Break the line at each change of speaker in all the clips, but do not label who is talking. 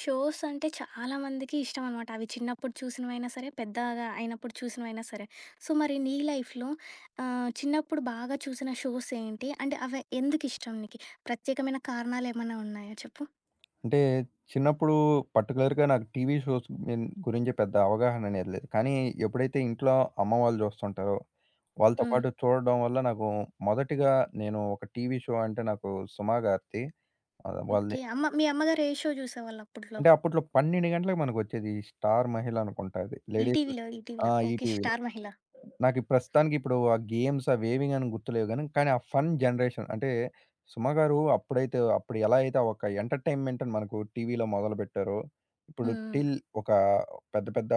Shows అంటే చాలా మందికి ఇష్టం అనమాట. అవి చిన్నప్పుడు చూసినవైనా సరే, పెద్దగా అయినప్పుడు చూసినవైనా సరే. సో, మరి నీ లైఫ్‌లో చిన్నప్పుడు బాగా చూసిన షోస్ ఏంటి? అంటే అవి ఎందుకిష్టం నీకి? ప్రత్యేకమైన కారణాలేమన్నా ఉన్నాయా చెప్పు?
అంటే చిన్నప్పుడు పర్టిక్యులర్‌గా నాకు టీవీ షోస్ మీన్ గురించి పెద్ద అవగాహన అనేది లేదు. కానీ ఎప్పుడైతే ఇంట్లో అమ్మ వాళ్ళు చూస్తుంటారో, వాళ్ళతో
హ్మ్.
పాటు చూడడం వల్ల నాకు మొదటిగా నేను ఒక టీవీ షో అంటే నాకు 'సుమా' గారిది.
ఓకే.
వాళ్ళది
మీ అమ్మగారు ఏ షో జూసేవాళ్ళు అప్పట్లో?
అంటే అప్పట్లో 12 గంటలకి మనకొచ్చేది. 'స్టార్ మహిళ' అనుకుంటా అది. లేడీస్.
ఈటీవీలో,
ఆ!
ఈటీవీలో. ఓకే.
ఈటీవీలో.
'స్టార్ మహిళ'.
నాకు ప్రస్తుతానికి ఇప్పుడు ఆ గేమ్స్ అవేవి గాని గుర్తులేవు గాని, కానీ ఆ ఫన్ జనరేషన్ అంటే 'సుమ' గారు అప్పుడైతే అప్పుడు ఎలా అయితే ఒక ఎంటర్‌టైన్‌మెంట్ మనకు టీవీలో మొదలుపెట్టారో, ఇప్పుడు
హ్మ్. హ్మ్.
'టిల్' ఒక పెద్ద పెద్ద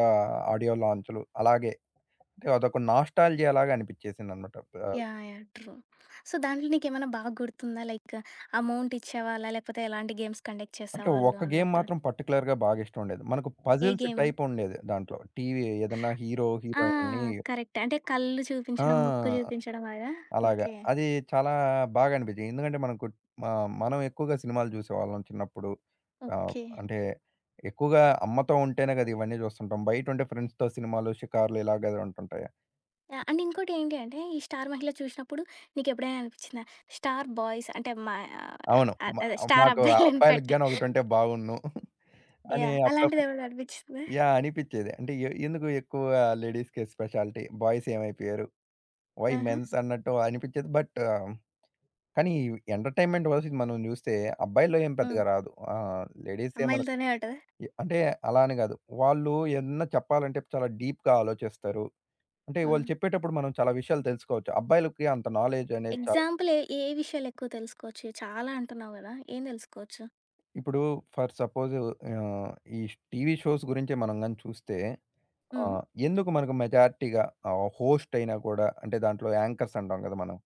ఆడియో లాంచ్‌లు అలాగే అంటే అదొక నాస్టాల్జియా లాగా అనిపించేసిందనమాట. ఆహ్,
యాహ్! యాహ్! ట్రూ. సో, దాంట్లో నీకేమన్నా బాగా గుర్తుందా? లైక్ అమౌంట్ ఇచ్చేవాళ్ళా? లేకపోతే ఎలాంటి గేమ్స్ కండక్ట్
అంటే
చేసేవాళ్ళు
ఒక్క గేమ్
అన్నట్టు?
మాత్రం పర్టిక్యులర్‌గా బాగా ఇష్టం ఉండేది. మనకు
ఏ
పజిల్స్
గేమ్?
టైప్ ఉండేది దాంట్లో. టీవీ ఏదన్నా హీరో,
ఆ!
హీరోయిన్‌ని.
కరెక్ట్. అంటే కళ్ళు
ఆ!
చూపించడం, ముక్కు చూపించడం అలాగా?
అలాగా.
ఓకే.
అది చాలా బాగా అనిపించింది. ఎందుకంటే మనకు మా మనం ఎక్కువగా సినిమాలు జూసేవాళ్ళం చిన్నప్పుడు. ఆహ్,
ఓకే.
అంటే ఎక్కువగా అమ్మతో ఉంటేనే గదా! ఇవన్నీ జూస్తుంటాం. బయటుంటే ఫ్రెండ్స్‌తో సినిమాలు, షికారులు ఇలాగే ఉంటుంటాయి.
యాహ్! అండ్ ఇంకోటేంటి అంటే, ఈ 'స్టార్ మహిళ' చూసినప్పుడు నీకెప్పుడైనా అనిపిచ్చిందా? స్టార్ బాయ్స్ అంటే మా ఆహ్,
అవును.
అదే స్టార్
మాకు
అబ్బాయిలని
అబ్బాయిలకి
పెట్ట
గాని ఒకటుంటే బావున్ను అని
యాహ్!
అప్పుడప్పుడు.
అలాంటిదేమైనా అనిపిచ్చిందా?
యాహ్! అనిపిచ్చేది. అంటే ఎందుకు ఎక్కువ లేడీస్‌కే స్పెషాలిటీ? బాయ్స్ ఏమైపోయారు? వై
ఆహా!
మెన్స్ అన్నట్టు అనిపిచ్చేది. బట్ కానీ ఎంటర్‌టైన్‌మెంట్ వైస్ మనం జూస్తే అబ్బాయిల్లో ఏం
హ్మ్.
పెద్దగా రాదు. లేడీసే మనకు.
అమ్మాయిలతోనే ఉంటదా?
అంటే అలా అని గాదు. వాళ్ళు ఏదన్నా చెప్పాలంటే చాలా డీప్‌గా ఆలోచిస్తారు. అంటే వాళ్ళు
హ్మ్.
చెప్పేటప్పుడు మనం చాలా విషయాలు తెలుసుకోవచ్చు. అబ్బాయిలకి అంత నాలెడ్జ్ అనేది చాలా.
ఎగ్జాంపుల్ ఏ, ఏ విషయాలెక్కువ తెలుసుకోవచ్చు? చాలా అంటున్నావు గదా! ఏం తెలుసుకోవచ్చు?
ఇప్పుడు ఫర్ సపోజ్ ఆహ్, ఈ టీవీ షోస్ గురించి మనం గాని చూస్తే
హ్మ్.
ఎందుకు మనకు మెజారిటీగా హోస్ట్ అయినా కూడా అంటే దాంట్లో యాంకర్స్ అంటాం గదా! మనం.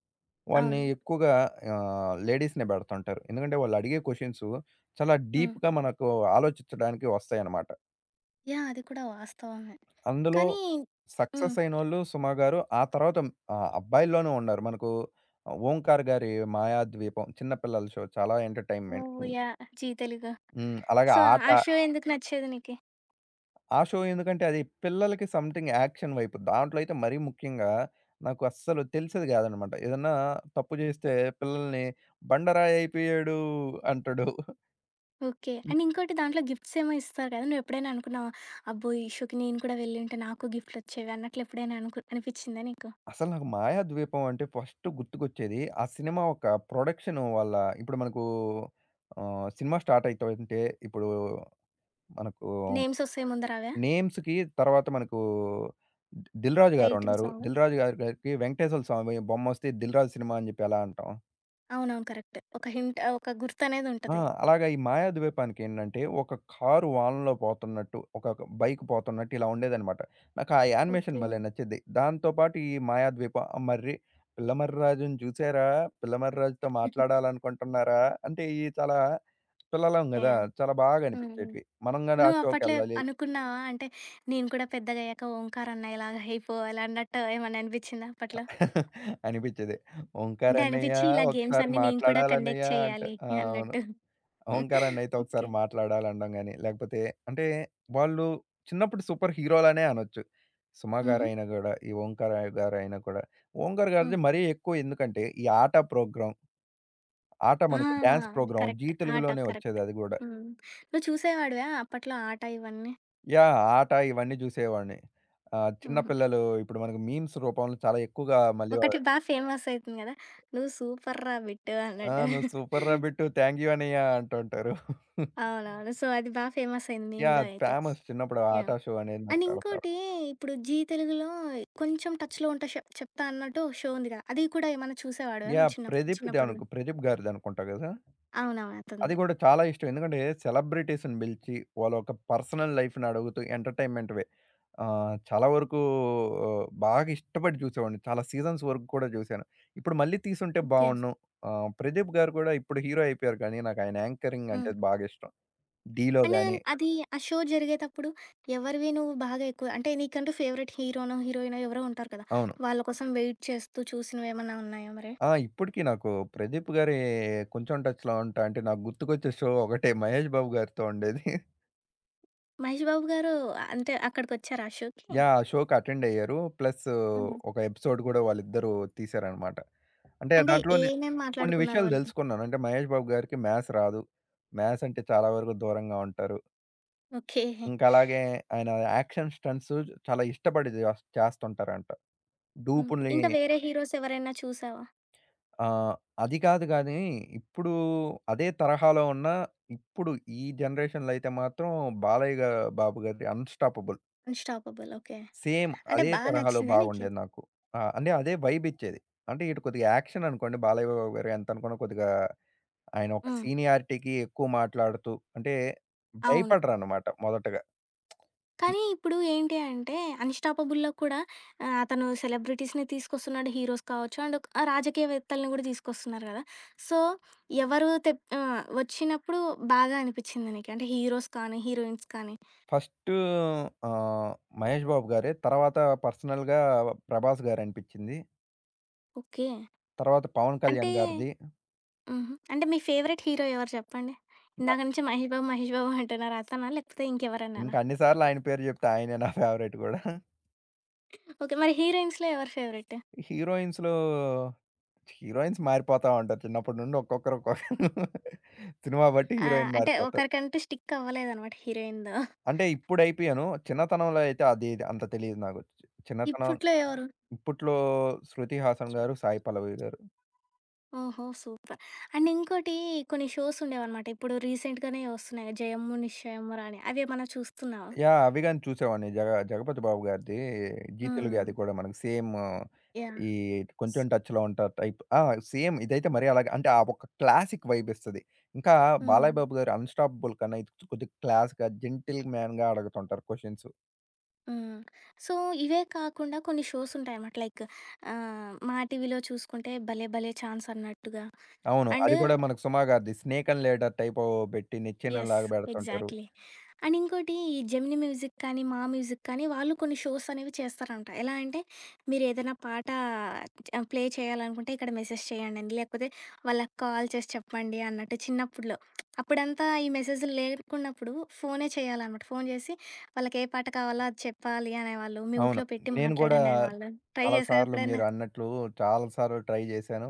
వాళ్ళని
అవును.
ఎక్కువగా లేడీస్‌నే బెడుతుంటారు. ఎందుకంటే వాళ్ళు అడిగే క్వెషన్సు చాలా
హ్మ్.
డీప్‌గా మనకు ఆలోచించడానికి వస్తాయన్నమాట.
యాహ్! అది కూడా వాస్తవమే.
అందులో
కానీ హ్మ్.
సక్సెస్ అయినోళ్ళు 'సుమ' గారు. ఆ తర్వాత అబ్బాయిల్లోనూ ఉన్నారు. మనకు 'ఓంకార్' గారి 'మాయాద్వీపం' చిన్న పిల్లల షో చాలా ఎంటర్‌టైన్‌మెంట్.
నువ్వు యాహ్! జీ తెలుగు.
అలాగే
సో, ఆ
'ఆట'.
షో ఎందుకు నచ్చేది నీకి?
ఆ షో ఎందుకంటే అది పిల్లలకి సంథింగ్ యాక్షన్ వైపు దాంట్లో అయితే మరీ ముఖ్యంగా నాకు అస్సలు తెలిసేది కాదనమాట. ఏదన్నా తప్పు చేస్తే పిల్లల్ని "బండరాయి అయిపోయాడు" అంటాడు.
ఓకే. అండ్ ఇంకోటి దాంట్లో గిఫ్ట్స్ ఏమో ఇస్తారు కదా! నువ్వెప్పుడైనా అనుకున్నావా? అబ్బో! ఈ షోకి నేను కూడా వెళ్ళింటే నాకు గిఫ్ట్‌లొచ్చేవి అన్నట్లు ఎప్పుడైనా అనిపిచ్చిందా నీకు?
అసలు నాకు 'మాయాద్వీపం' అంటే ఫస్ట్ గుర్తుకొచ్చేది ఆ సినిమా ఒక ప్రొడక్షన్ వాళ్ళ. ఇప్పుడు మనకు సినిమా స్టార్ట్ అయితాంటే ఇప్పుడు మనకు
నేమ్స్ ఒస్తాయి ముందర అవా?
నేమ్స్‌కి తర్వాత మనకు ది 'దిల్ రాజు'
టైటిల్
గారున్నారు.
సాంగ్.
'దిల్ రాజు' గారి గారికి వెంకటేశ్వర స్వామి బొమ్మొస్తే 'దిల్ రాజు' సినిమా అని చెప్పి ఎలా అంటాం?
అవునవును. కరెక్ట్. ఒక హింట్ ఒక గుర్తనేది
ఆ!
ఉంటది.
అలాగా ఈ మాయాద్వీపానికేంటంటే, ఒక కారు వానలో పోతున్నట్టు, ఒక బైక్ పోతున్నట్టు ఇలా ఉండేదనమాట. నాకు ఆ యానిమేషన్
ఓకే.
భలే నచ్చేది. దాంతో పాటు ఈ మాయాద్వీపం మర్రి, పిల్లమర్రిరాజుని చూసారా? పిల్లమర్రిరాజుతో మాట్లాడాలనుకుంటున్నారా? అంటే ఇయి చాలా పిల్లలం గదా!
యాహ్!
చాలా బాగా
హ్మ్. హ్మ్.
అనిపించేటివి. మనం గాని ఆ
నువ్వు అప్పట్లో
షోకెళ్ళాలి.
అనుకున్నావా? అంటే నేను కూడా పెద్దగయ్యాక ఓంకార్ అన్న ఇలాగ అయిపోవాలి అన్నట్టు ఏమన్నా అనిపిచ్చిందా అప్పట్లో?
అనిపించేది.
అంటే
ఓంకారన్నయ్య
అనిపిచ్చి ఇలా గేమ్స్
ఒకసారి
అన్నీ నేను కూడా
మాట్లాడాలన్నయ్య
కండక్ట్
అంట.
చేయాలి
ఆ! అవును.
అన్నట్టు.
ఓంకారన్న అయితే
ఓకే.
ఒకసారి మాట్లాడాలనడం గాని, లేకపోతే అంటే వాళ్ళు చిన్నప్పుడు సూపర్ హీరోలనే అనొచ్చు. 'సుమ'
హుహు.
గారైనా గూడా, ఈ 'ఓంకార్' గారైనా కూడా. 'ఓంకార్'
హ్మ్.
గారిది మరీ ఎక్కువ ఎందుకంటే, ఈ 'ఆట' ప్రోగ్రామ్. 'ఆట'
ఆ!
మనకు డాన్స్ ప్రోగ్రామ్. G
correct. ఆట
తెలుగులోనే
కరెక్ట్.
వచ్చేది అది గూడా.
హ్మ్. నువ్వు చూసేవాడివా అప్పట్లో ఆట ఇవన్నీ?
యాహ్! 'ఆట' ఇవన్నీ జూసేవాడిని. చిన్న
హుహు.
పిల్లలు ఇప్పుడు మనకు మీమ్స్ రూపంలో చాలా ఎక్కువగా మళ్ళీ
ఒకటి బా ఫేమస్ అయితుంది గదా! "నువ్వు సూపర్‌రా బిట్టు"
ఆ!
అన్నట్టు.
"నువ్వు సూపర్‌రా బిట్టు. థాంక్ యూ అనయ్య" అంటుంటారు.
అవునవును. సో, అది బా ఫేమస్ అయింది
యాహ్!
మీమ్‌లో
అది
అయితే.
ఫేమస్ చిన్నప్పుడు ఆ
యాహ్!
'ఆట' షో అనేది నాకు
అండ్
చాలా ఫేవ.
ఇంకోటి ఇప్పుడు జీ తెలుగులో కొంచెం టచ్‌లో ఉంటే షెప్ చెప్తా అన్నట్టు షో ఉందిగా, అది కూడా ఏమన్నా చూసేవాడివా నువ్వు
యాహ్!
చిన్నప్ చిన్నప్పుడు?
ప్రదీప్ గారిదనుకుంటా గదా!
అవునవును.
అది
అదుంది.
గూడా చాలా ఇష్టం. ఎందుకంటే సెలబ్రిటీస్‌ని పిలిచి వాళ్ళొక పర్సనల్ లైఫ్‌ని అడుగుతూ ఎంటర్‌టైన్‌మెంట్‌వే చాలా వరకు బాగా ఇష్టపడి చూసేవాడిని. చాలా సీజన్స్ వరకు కూడా చూశాను. ఇప్పుడు మళ్ళీ తీసుంటే
ఓకే.
బావుండును. ప్రదీప్ గారు కూడా ఇప్పుడు హీరో అయిపోయారు కానీ నాకు ఆయన యాంకరింగ్ అంటే
హ్మ్.
బాగా ఇష్టం. 'ఢీలో'
అండ్
గాని
అది ఆ షో జరిగేతప్పుడు ఎవరివి నువ్వు బాగా ఎక్కువ అంటే నీకంటూ ఫేవరెట్ హీరోనో, హీరోయినో ఎవరో ఉంటారు కదా!
అవును.
వాళ్ళ కోసం వెయిట్ చేస్తూ చూసినవేమన్నా ఉన్నాయా మరి?
ఆ! ఇప్పటికి నాకు ప్రదీప్ గారి కొంచెం టచ్‌లో ఉంటా అంటే నాకు గుర్తుకొచ్చే షో ఒకటే 'మహేష్ బాబు' గారితో ఉండేది.
మహేష్ బాబు గారు అంటే అక్కడికొచ్చారా ఆ షోకి?
యాహ్! షోకి అటెండ్ అయ్యారు. ప్లస్
హుహు.
ఒక ఎపిసోడ్ గూడా వాళ్ళిద్దరూ తీశారనమాట. అంటే
అంటే
దాంట్లో
ఏమేం
కొన్ని
మాట్లాడుకున్నారు
విషయాలు
వాళ్ళు?
దెలుసుకున్నాను. అంటే మహేష్ బాబు గారికి మ్యాథ్స్ రాదు. మ్యాథ్స్ అంటే చాలా వరకు దూరంగా ఉంటారు.
ఓకే.
ఇంకా అలాగే ఆయన యాక్షన్ స్టంట్స్ చాలా ఇష్టపడి చేస్తుంటారంట.
హ్మ్.
డూపుల్ని
ఇంకా వేరే హీరోస్ ఎవరైనా చూసావా?
ఆహ్, అది కాదు గానీ, ఇప్పుడు అదే తరహాలో ఉన్న ఇప్పుడు ఈ జనరేషన్‌లో అయితే మాత్రం బాలయ్య గా బాబు గారిది అన్‌స్టాపబుల్.
'Unstoppable' okay.
సేమ్.
అంటే
అదే
బా
తరహాలో
నచ్చిందా నీకి?
బాగుండేది నాకు. ఆ! అంటే అదే వైబిచ్చేది. అంటే ఇటు కొద్దిగా యాక్షన్ అనుకోండి. బాలయ్య బాబు గారు ఎంతనుకున్న కొద్దిగా ఆయన ఒక
హ్మ్.
సీనియారిటీకి ఎక్కువ మాట్లాడుతూ అంటే
అవును.
భయపడరనమాట మొదటగా.
కానీ ఇప్పుడు ఏంటి అంటే 'అన్‌స్టాపబుల్'లో కూడా అతను సెలబ్రిటీస్‌ని తీసుకొస్తున్నాడు. హీరోస్ కావచ్చు అండ్ ఒక రాజకీయవేత్తల్ని కూడా తీసుకొస్తున్నారు కదా! సో, ఎవరు వచ్చినప్పుడు బాగా అనిపిచ్చింది నీకు? అంటే హీరోస్ కానీ, హీరోయిన్స్ కానీ.
ఫస్టు ఆహ్, మహేష్ బాబు గారే. తర్వాత పర్సనల్‌గా 'ప్రభాస్' గారనిపిచ్చింది.
ఓకే.
తర్వాత 'పవన్
అంటే
కళ్యాణ్' గారిది.
హుహు. అంటే మీ ఫేవరెట్ హీరో ఎవరు చెప్పండి?
న
ఇందాక నుంచి 'మహేష్ బాబు, మహేష్ బాబు' అంటున్నారు. అతనా? లేకపోతే ఇంకెవరన్నానా?
ఇంకా అన్ని సార్లు ఆయన పేరు చెప్తే ఆయనే నా ఫేవరైట్ కూడా.
ఓకే. మరి హీరోయిన్స్‌లో ఎవరు ఫేవరెట్?
హీరోయిన్స్‌లో హీరోయిన్స్ మారిపోతా ఉంటారు. చిన్నప్పటి నుండి ఒక్కొక్కరు ఒక్కొక్క సినిమా బట్టి హీరోయిన్
అంటే
మారిపోతారు.
ఒకరికంటూ స్టిక్ అవ్వలేదనమాట హీరోయిన్‌దో.
అంటే ఇప్పుడైపోయాను. చిన్నతనంలో అయితే అది ఇది అంత తెలీదు నాకు. చిన్నతనం
ఇప్పట్లో ఎవరు?
ఇప్పట్లో 'శృతి హాసన్' గారు, 'సాయి పల్లవి' గారు.
ఓహో! సూపర్. అండ్ ఇంకోటి కొన్ని షోస్ ఉండేవనమాట. ఇప్పుడు రీసెంట్‌గానే వస్తున్నాయి. 'జయము నిశ్చయమురా' అని. అవేమన్నా చూస్తున్నావా?
యాహ్! అవి గాని చూసేవాడిని. 'జగపతి బాబు' గారిది 'జీ తెలుగు'
హ్మ్.
అది కూడా మనకు సేమ్
యాహ్!
ఈ కొంచెం
సో
టచ్‌లో ఉంటారు టైప్. ఆ! సేమ్ ఇదైతే మరీ అలాగే అంటే ఆ ఒక క్లాసిక్ వైబ్ ఇస్తది. ఇంకా
హ్మ్.
బాలయ్య బాబు గారు 'అన్‌స్టాపబుల్' కన్నా ఇది కొద్దిగా క్లాస్‌గా జెంటిల్ మ్యాన్‌గా అడుగుతుంటారు క్వెషన్స్.
హ్మ్. సో, ఇవే కాకుండా కొన్ని షోస్ ఉంటాయనమాట. లైక్ మా టీవీలో చూసుకుంటే 'భలే భలే ఛాన్స్' అన్నట్టుగా.
అవును.
అండ్
అది కూడా మనకు సుమా గారిది 'స్నేక్ అండ్ లేడర్' టైప్ పెట్టి
యెస్.
నిచ్చెనలాగా పెడుతుంటారు.
ఎగ్జాక్ట్‌లీ. అండ్ ఇంకోటి ఈ జెమినీ మ్యూజిక్ కానీ, మా మ్యూజిక్ కానీ వాళ్ళు కొన్ని షోస్ అనేవి చేస్తారంట. ఎలా అంటే మీరేదైనా పాట ప్లే చేయాలనుకుంటే ఇక్కడ మెసేజ్ చేయండని, లేకపోతే వాళ్ళకి కాల్ చేసి చెప్పండి అన్నట్టు చిన్నప్పుడులో. అప్పుడంతా ఈ మెసేజ్‌లు లేకున్నప్పుడు ఫోనే చేయాలనమాట. ఫోన్ చేసి వాళ్ళకి ఏ పాట కావాలో అది చెప్పాలి అనేవాళ్ళు.
అవును.
మ్యూట్‌లో పెట్టి
నేను కూడా
మాట్లాడండి అనేవాళ్ళు. ట్రై
చాలా
చేశావా
సార్లు
ఎప్పుడైనా?
మీరన్నట్లు చాలా సార్లు ట్రై చేశాను.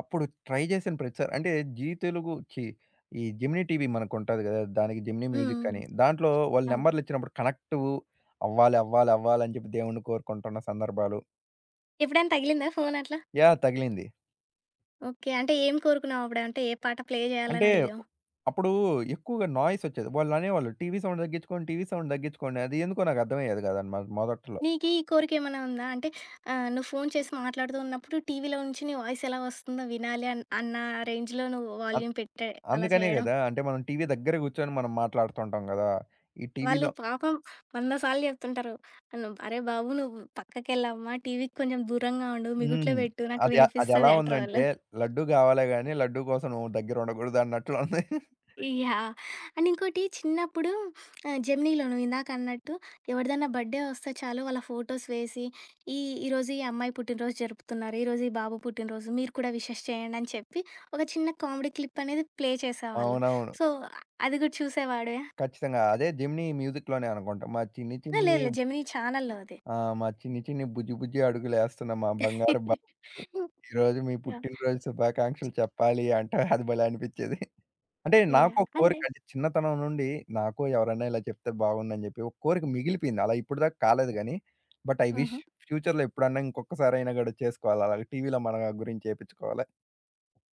అప్పుడు ట్రై చేసిన ప్రతిసారి అంటే జీ తెలుగు ఛీ! ఈ జెమినీ టీవీ మనకుంటది కదా! దానికి జెమినీ
హ్మ్.
మ్యూజిక్
హ్మ్.
అని. దాంట్లో వాళ్ళు
అవును.
నంబర్లిచ్చినప్పుడు కనెక్టు అవ్వాలి, అవ్వాలి, అవ్వాలి అని చెప్పి దేవుడిని కోరుకుంటున్న సందర్భాలు.
ఎప్పుడైనా తగిలిందా ఫోన్ అట్లా?
యాహ్! తగిలింది.
ఓకే. అంటే ఏం కోరుకున్నావు అప్పుడు? అంటే ఏ పాట ప్లే
అంటే
చేయాలని అడిగావు?
అప్పుడు ఎక్కువగా నాయిస్ వచ్చేది. వాళ్ళనేవాళ్ళు టీవీ సౌండ్ తగ్గించుకోండి, టీవీ సౌండ్ తగ్గించుకోండి. అది ఎందుకో నాకు అర్థమయ్యేది కాదన్నమాట మొదట్లో.
నీకీ ఈ కోరికేమైనా ఉందా? అంటే నువ్వు ఫోను చేసి మాట్లాడుతూ ఉన్నప్పుడు టీవీలో నుంచి నీ వాయిస్ ఎలా వస్తుందో వినాలి అన్న రేంజ్‌లో నువ్వు
అం
వాల్యూమ్ పెట్టే అలా
అందుకనే
చేయడం.
కదా! అంటే మనం టీవీ దగ్గర కూర్చొని మనం మాట్లాడుతుంటాం కదా! ఈ
వాళ్ళు
టీవీలో.
పాపం 100 సార్లు చెప్తుంటారు. అను "అరే బాబు! నువ్వు పక్కకెళ్ళమ్మా, టీవీకి కొంచెం దూరంగా ఉండు, మిగుట్లో
హ్మ్.
పెట్టు నాకు
అది అదెలా
వినిపిస్తది" అంటారు వాళ్ళు.
ఉందంటే లడ్డు గావాలే గానీ, లడ్డు కోసం నువ్వు దగ్గరుండకూడదు అన్నట్లు ఉంది.
యాహ్! అండ్ ఇంకోటి చిన్నప్పుడు జెమినీలో నువ్విందాక అన్నట్టు ఎవరిదన్నా బర్త్‌డే వస్తే చాలు వాళ్ళ ఫోటోస్ వేసి, ఈ ఈరోజు ఈ అమ్మాయి పుట్టినరోజు జరుపుతున్నారు. ఈరోజు ఈ బాబు పుట్టినరోజు. మీరు కూడా విషెస్ చేయండి అని చెప్పి ఒక చిన్న కామెడీ క్లిప్ అనేది ప్లే చేసేవాళ్ళు.
అవునవును.
సో, అది కూడా చూసేవాడివా?
ఖచ్చితంగా. అదే 'జెమినీ మ్యూజిక్‌లోనే' అనుకుంటా. మా చిన్ని
లేదు
చిన్ని
లేదు. జెమినీ ఛానల్‌లో అది.
ఆహ్, మా చిన్ని చిన్ని బుజ్జి బుజ్జి అడుగులేస్తున్న మా బంగారు బాబుకి ఈరోజు మీ
యాహ్!
పుట్టినరోజు శుభాకాంక్షలు చెప్పాలి అంటే అది భలే అనిపిచ్చేది. అంటే
యాహ్!
నాకో
అండ్
కోరిక అంటే చిన్నతనం నుండి నాకో ఎవరన్నా ఇలా చెప్తే బాగుండని చెప్పి ఒక కోరిక మిగిలిపోయింది. అలా ఇప్పటిదాకా కాలేదు గానీ, బట్ ఐ విష్
హుహు.
ఫ్యూచర్‌లో ఎప్పుడన్నా ఇంకొక్కసారైనా గూడా చేసుకోవాలి. అలాగే టీవీలో మన గురించి ఏపిచ్చుకోవాలి.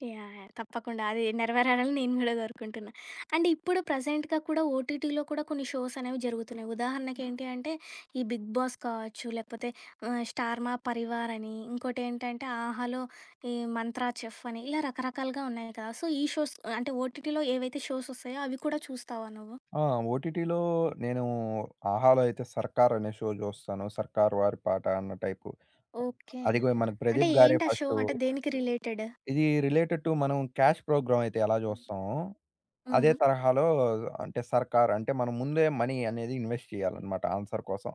యాహ్! యాహ్! తప్పకుండా. అది నెరవేరాలని నేను కూడా కోరుకుంటున్నా. అండ్ ఇప్పుడు ప్రెజెంట్‌గా కూడా ఓటీటీలో కూడా కొన్ని షోస్ అనేవి జరుగుతున్నాయి. ఉదాహరణకి ఏంటి అంటే ఈ 'బిగ్ బాస్' కావచ్చు, లేకపోతే 'స్టార్ మా పరివార్' అని, ఇంకోటేంటంటే 'ఆహాలో' ఈ 'మంత్రా చెఫ్' అని ఇలా రకరకాలుగా ఉన్నాయి కదా! సో, ఈ షోస్ అంటే ఓటీటీలో ఏవైతే షోస్ వస్తాయో అవి కూడా చూస్తావా నువ్వు?
ఆ! ఓటీటీలో నేను 'ఆహాలో' అయితే 'సర్కార్' అనే షో జూస్తాను. 'సర్కార్ వారి పాట' అన్న టైపు.
ఓకే.
అది గూడా మనకు
అంటే
'ప్రదీప్' గారే
ఏంటి ఆ షో?
ఫస్టు.
అంటే దేనికి రిలేటెడ్?
ఇది రిలేటెడ్ టు మనం క్యాష్ ప్రోగ్రామ్ అయితే ఎలా జూస్తామో, అదే
హుహు.
తరహాలో అంటే 'సర్కార్' అంటే మనం ముందే మనీ అనేది ఇన్వెస్ట్ చేయాలన్నమాట ఆన్సర్ కోసం.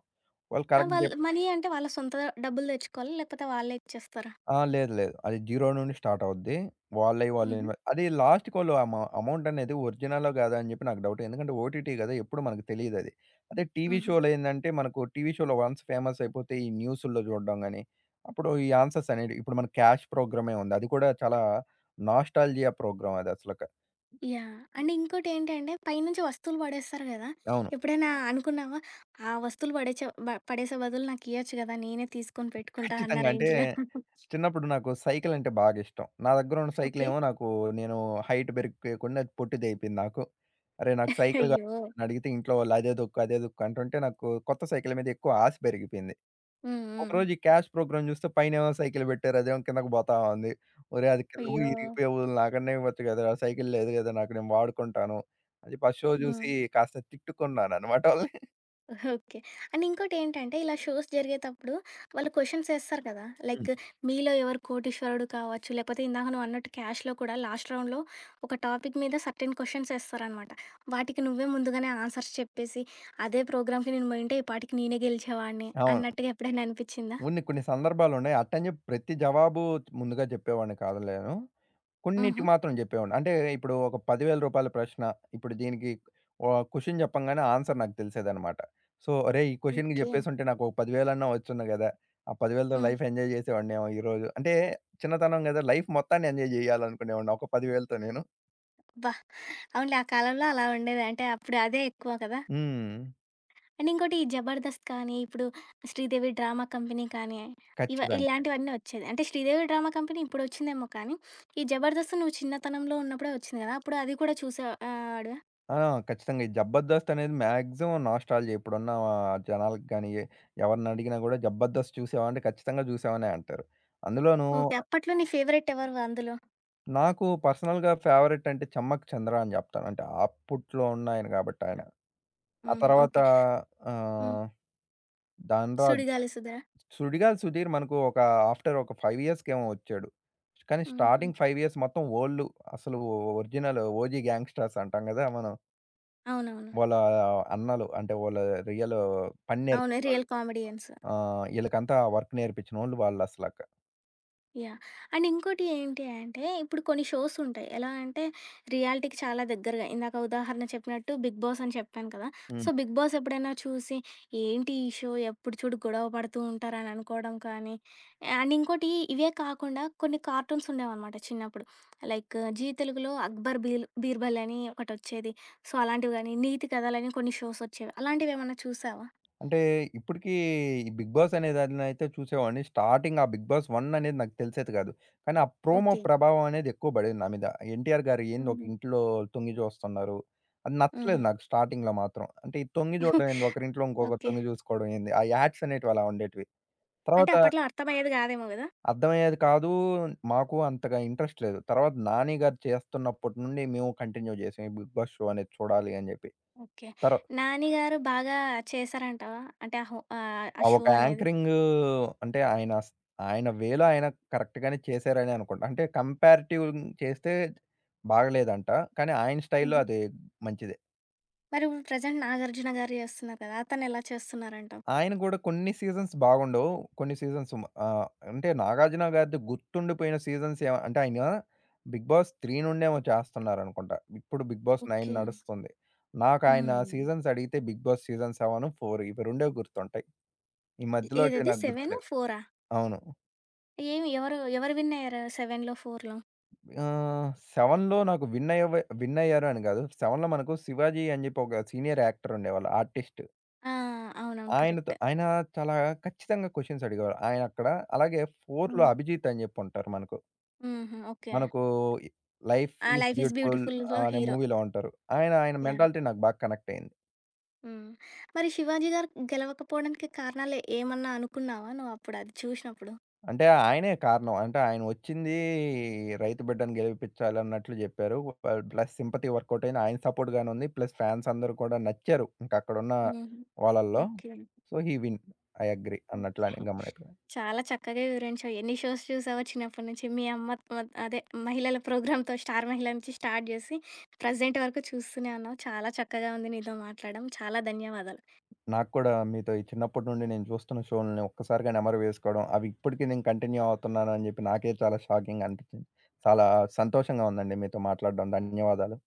వాళ్ళు
ఆ!
కరెక్ట్
వాళ్ళు
జెప్
మనీ అంటే వాళ్ళ సొంత డబ్బులు తెచ్చుకోవాలా? లేకపోతే వాళ్ళే ఇచ్చేస్తారా?
ఆ! లేదు. లేదు. అది 0 నుండి స్టార్ట్ అవుద్ది. వాళ్ళయి వాళ్ళు
హుహు.
ఇన్వె అది లాస్ట్‌కి వాళ్ళు అమౌంట్ అనేది ఒరిజినలా కాదా అని చెప్పి నాకు డౌట్. ఎందుకంటే ఓటీటీ కదా! ఎప్పుడు మనకు తెలీదది. అదే టీవీ
హుహు.
షోలో ఏందంటే మనకు టీవీ షోలో వన్స్ ఫేమస్ అయిపోతే ఈ న్యూసుల్లో చూడడం గాని, అప్పుడు ఈ ఆన్సర్స్ అనేటివి ఇప్పుడు మన క్యాష్ ప్రోగ్రామే ఉంది. అది కూడా చాలా నాస్టాల్జియా ప్రోగ్రామ్ అది అసలక.
యాహ్! అండ్ ఇంకోటేంటంటే పైనుంచి వస్తువులు పడేస్తారు గదా!
అవును.
ఎప్పుడైనా అనుకున్నావా? ఆ వస్తువులు పడేచే బ పడేసే బదులు నాకియొచ్చు గదా! నేనే తీసుకొని పెట్టుకుంటా అన్న
ఖచ్చితంగా. అంటే
రేంజ్‌లో.
చిన్నప్పుడు నాకు సైకిల్ అంటే బాగా ఇష్టం. నా దగ్గర ఉన్న సైకిల్
ఓకే.
ఏమో నాకు నేను హైట్ పెరిగిపోయకుండా అది పొట్టిది అయిపోయింది నాకు. అరే! నాకు సైకిల్ కావాలి
అయ్యో!
అని అడిగితే ఇంట్లో వాళ్ళు అదే తొక్కు, అదే తొక్కు అంటుంటే నాకు కొత్త సైకిల్ మీద ఎక్కువ ఆశ పెరిగిపోయింది.
హ్మ్. హ్మ్.
ఒకరోజు ఈ క్యాష్ ప్రోగ్రామ్ చూస్తే పైనేమో సైకిల్ పెట్టారు. అదేమో కిందకి పోతా ఉంది. ఒరేయ్! అది కింద పోయి
అయ్యో!
ఇరిగిపోయేవు నాకన్నా ఇవ్వచ్చు కదరా! సైకిల్ లేదు కదా! నాకు నేను వాడుకుంటాను. అది ఫస్ట్ షో
హ్మ్.
చూసి కాస్త తిట్టుకున్నానన్నమాట వాళ్ళని.
ఓకే. అండ్ ఇంకోటేంటంటే, ఇలా షోస్ జరిగేతప్పుడు వాళ్ళు క్వెషన్స్ ఏస్తారు కదా!
హ్మ్.
లైక్ మీలో ఎవరు కోటీశ్వరుడు కావచ్చు, లేపోతే ఇందాక నువ్వన్నట్టు క్యాష్‌లో కూడా లాస్ట్ రౌండ్‌లో ఒక టాపిక్ మీద సర్టెన్ క్వెషన్స్ ఏస్తారనమాట. వాటికి నువ్వే ముందుగానే ఆన్సర్స్ చెప్పేసి, అదే ప్రోగ్రామ్‌కి నేను పోయుంటే ఈ పాటికి నేనే గెలిచేవాడిని
అవును.
అన్నట్టుగా ఎప్పుడైనా అనిపిచ్చిందా?
కొన్ని కొన్ని సందర్భాలున్నాయి. అట్టని చెప్పి ప్రతి జవాబు ముందుగా చెప్పేవాడిని కాదులేను.
హుహు.
కొన్నిటికి మాత్రం జెప్పేవాడిని. అంటే ఇప్పుడు ఒక రూ. 10,000 ప్రశ్న, ఇప్పుడు దీనికి క్వెషన్ జెప్పంగానే ఆన్సర్ నాకు తెలిసేదనమాట. సో, "అరేయ్! ఈ క్వెషన్‌కి
ఓకే.
జెప్పేసుంటే నాకు ఒక 10,000 వచ్చును గదా! ఆ 10,000తో
హ్మ్.
లైఫ్ ఎంజాయ్ జేసేవాడినేమో ఈరోజు." అంటే చిన్నతనం గదా! లైఫ్ మొత్తాన్ని ఎంజాయ్ జేయాలనుకునేవాడిని ఒక 10,000తో నేను.
అబ్బా! అవునులే ఆ కాలంలో అలా ఉండేది. అంటే అప్పుడు అదే ఎక్కువ కదా!
హ్మ్.
అండ్ ఇంకోటి ఈ 'జబర్దస్త్' కానీ, ఇప్పుడు 'శ్రీదేవి డ్రామా కంపెనీ' కానీ,
ఖచ్చితంగా.
ఇలాంటివన్నీ వచ్చేది. అంటే 'శ్రీదేవి డ్రామా కంపెనీ' ఇప్పుడొచ్చిందేమో కానీ, ఈ 'జబర్దస్త్' నువ్వు చిన్నతనంలో ఉన్నప్పుడే వచ్చింది కదా! అప్పుడు అది కూడా చూసే వాడివా?
ఆ! ఖచ్చితంగా. ఈ జబర్దస్త్ అనేది మాక్సిమం నాస్టాల్జియా ఇప్పుడున్న జనాలకి గాని, ఎవరినడిగినా గూడా జబర్దస్త్ చూసావా? అంటే ఖచ్చితంగా జూసావనే అంటారు. అందులోనూ
ఓకే. అప్పట్లో నీ ఫేవరెట్ ఎవరు అందులో?
నాకు పర్సనల్‌గా ఫేవరెట్ అంటే 'చమ్మక్ చంద్ర' అని జెప్తాను. అంటే అప్పట్లో ఉన్న ఆయన గాబట్టి ఆయన. ఆ
హుహు.
తర్వాత
ఓకే. హ్మ్.
ఆహ్, 'ధన్‌రాజ్',
'సుడిగాలి సుధ'.
'సుడిగాలి సుధీర్' మనకు ఒక ఆఫ్టర్ ఒక 5 ఇయర్స్‌కేమో ఒచ్చాడు. కానీ
హుహు.
స్టార్టింగ్ 5 ఇయర్స్ మొత్తం ఓల్డు అసలు ఒరిజినల్ ఓజీ గ్యాంగ్‌స్టర్స్ అంటాం గదా! మనం.
అవునవును.
వాళ్ళ అన్నలు అంటే వాళ్ళ రియల్ పని
అవును.
నేర్పించినోళ్ళు.
Real comedians.
ఈళ్ళకంతా వర్క్ నేర్పించినోళ్ళు వాళ్ళసలక.
యాహ్! అండ్ ఇంకోటి ఏంటి అంటే, ఇప్పుడు కొన్ని షోస్ ఉంటాయి. ఎలా అంటే, రియాలిటీకి చాలా దగ్గరగా ఇందాక ఉదాహరణ చెప్పినట్టు 'బిగ్ బాస్' అని చెప్పాను కదా! సో,
హ్మ్.
'బిగ్ బాస్' ఎప్పుడైనా చూసి, ఏంటి ఈ షో ఎప్పుడు చూడు గొడవ పడుతూ ఉంటారని అనుకోవడం కానీ, అండ్ ఇంకోటి ఇవే కాకుండా కొన్ని కార్టూన్స్ ఉండేవనమాట చిన్నప్పుడు. లైక్ 'జీ తెలుగులో' 'అక్బర్ బీర్బల్' అని ఒకటొచ్చేది. సో, అలాంటివి గానీ, 'నీతి కథలని' కొన్ని షోస్ వచ్చేవి. అలాంటివేమన్నా చూసావా?
అంటే ఇప్పటికీ ఈ 'బిగ్ బాస్' అనే దాన్నయితే చూసేవాడిని. స్టార్టింగ్ ఆ 'బిగ్ బాస్ 1' అనేది నాకు తెలిసేది కాదు. కానీ ఆ ప్రోమో
ఓకే.
ప్రభావం అనేది ఎక్కువ పడేది నా మీద. 'ఎన్టీఆర్' గారు ఏంది ఒక
హుహు.
ఇంట్లో తొంగి చూస్తున్నారు. అది
హుహు.
నచ్చలేదు నాకు స్టార్టింగ్‌లో మాత్రం. అంటే ఈ తొంగి చూడడం ఏంది ఒకరింట్లో ఇంకొకరు
ఓకే.
తొంగి చూసుకోవడం ఏంది. ఆ యాడ్స్ అనేటివి అలా ఉండేటివి.
అంటే
తర్వాత
అప్పట్లో అర్థమయ్యేది కాదేమో గదా!
అర్థమయ్యేది కాదు. మాకు అంతగా ఇంట్రెస్ట్ లేదు. తర్వాత 'నాని' గారు చేస్తున్నప్పటి నుండి మేము కంటిన్యూ చేసాం. ఈ 'బిగ్ బాస్' షో అనేది చూడాలి అని చెప్పి.
ఓకే.
తర్వా
'నాని' గారు బాగా చేశారంటావా? అంటే ఆ ఆ
ఆ!
షో
ఒక
అనేది.
యాంకరింగు అంటే ఆయన వేలో ఆయన కరెక్ట్ గానే చేశారనే అనుకుంటా. అంటే కంపారిటివ్ చేస్తే బాగలేదంట. కానీ ఆయన స్టైల్‌లో
హుహు.
అది మంచిదే.
మరి ఇప్పుడు ప్రెజెంట్ 'నాగార్జున' గారు చేస్తున్నారు కదా! అతనెలా చేస్తున్నారంటావు?
ఆయన గూడా కొన్ని సీజన్స్ బాగుండవు. కొన్ని సీజన్స్ ఆహ్, అంటే 'నాగార్జున' గారిది గుర్తుండిపోయిన సీజన్స్ ఏవ అంటే ఆయన 'బిగ్ బాస్ 3' నుండేమో చేస్తున్నారనుకుంటా. ఇప్పుడు 'బిగ్ బాస్
ఓకే.
9' నడుస్తుంది. నాకు ఆయన
హ్మ్.
సీజన్స్ అడిగితే 'బిగ్ బాస్' సీజన్ 7, 4 ఇవి రెండే గుర్తుంటాయి. ఈ మధ్యలోటివి
ఏదది
నాకు
7,
గుర్తులేవు.
4ఆ?
అవును.
ఏమి ఎవరు ఎవరు విన్ అయ్యారు 7లో, 4లో?
ఆహ్, 7లో నాకు విన్ అయ్యవ విన్ అయ్యారు అని గాదు. 7లో మనకు 'శివాజీ' అని జెప్పి ఒక సీనియర్ యాక్టర్ ఉండేవాళ్ళు. ఆర్టిస్ట్.
ఆ! అవునవును.
ఆయనతో
కరెక్ట్.
ఆయన చాలా ఖచ్చితంగా క్వెషన్స్ అడిగేవారు. ఆయన అక్కడ అలాగే 4లో
హ్మ్.
'అభిజిత్' అని జెప్పి ఉంటారు మనకు.
హుహు. ఓకే.
మనకు ఈ 'life
uh
is
'life is
beautiful'
బ్యూటిఫుల్‌లో'
అనే
హీరో.
మూవీలో ఉంటారు. ఆయన ఆయన
యాహ్!
మెంటాలిటీ నాకు బాగా కనెక్ట్ అయింది.
హ్మ్. మరి 'శివాజీ' గారు గెలవకపోవడానికి కారణాలు ఏమన్నా అనుకున్నావా నువ్వప్పుడు అది చూసినప్పుడు?
అంటే ఆయనే కారణం. అంటే ఆయన వచ్చింది రైతు బిడ్డను గెలిపించాలన్నట్లు జెప్పారు. ప్లస్ సింపతి వర్కౌట్ అయింది. ఆయన సపోర్ట్ గానే ఉంది. ప్లస్ ఫ్యాన్స్ అందరూ కూడా నచ్చారు. ఇంకా అక్కడున్న
హుహు.
వాళ్ళల్లో.
Okay.
So, he win. I agree
okay.
అన్నట్లానే గమ్మునైపోయాను.
చాలా చక్కగా వివరించావు. ఎన్ని షోస్ చూసావో చిన్నప్పటి నుంచి. మీ అమ్మ మ అదే మహిళల ప్రోగ్రామ్‌తో 'స్టార్ మహిళ' నుంచి స్టార్ట్ జేసి, ప్రెజెంట్ వరకు చూస్తూనే ఉన్నావు. చాలా చక్కగా ఉంది నీతో మాట్లాడడం. చాలా ధన్యవాదాలు.
నాకు కూడా మీతో ఈ చిన్నప్పటి నుండి నేను చూస్తున్న షోల్ని ఒక్కసారిగా నెమరు వేసుకోవడం, అవి ఇప్పటికి నేను కంటిన్యూ అవుతున్నాను అని జెప్పి నాకే చాలా షాకింగ్‌గా అనిపించింది. చాలా సంతోషంగా ఉందండి మీతో మాట్లాడడం. ధన్యవాదాలు.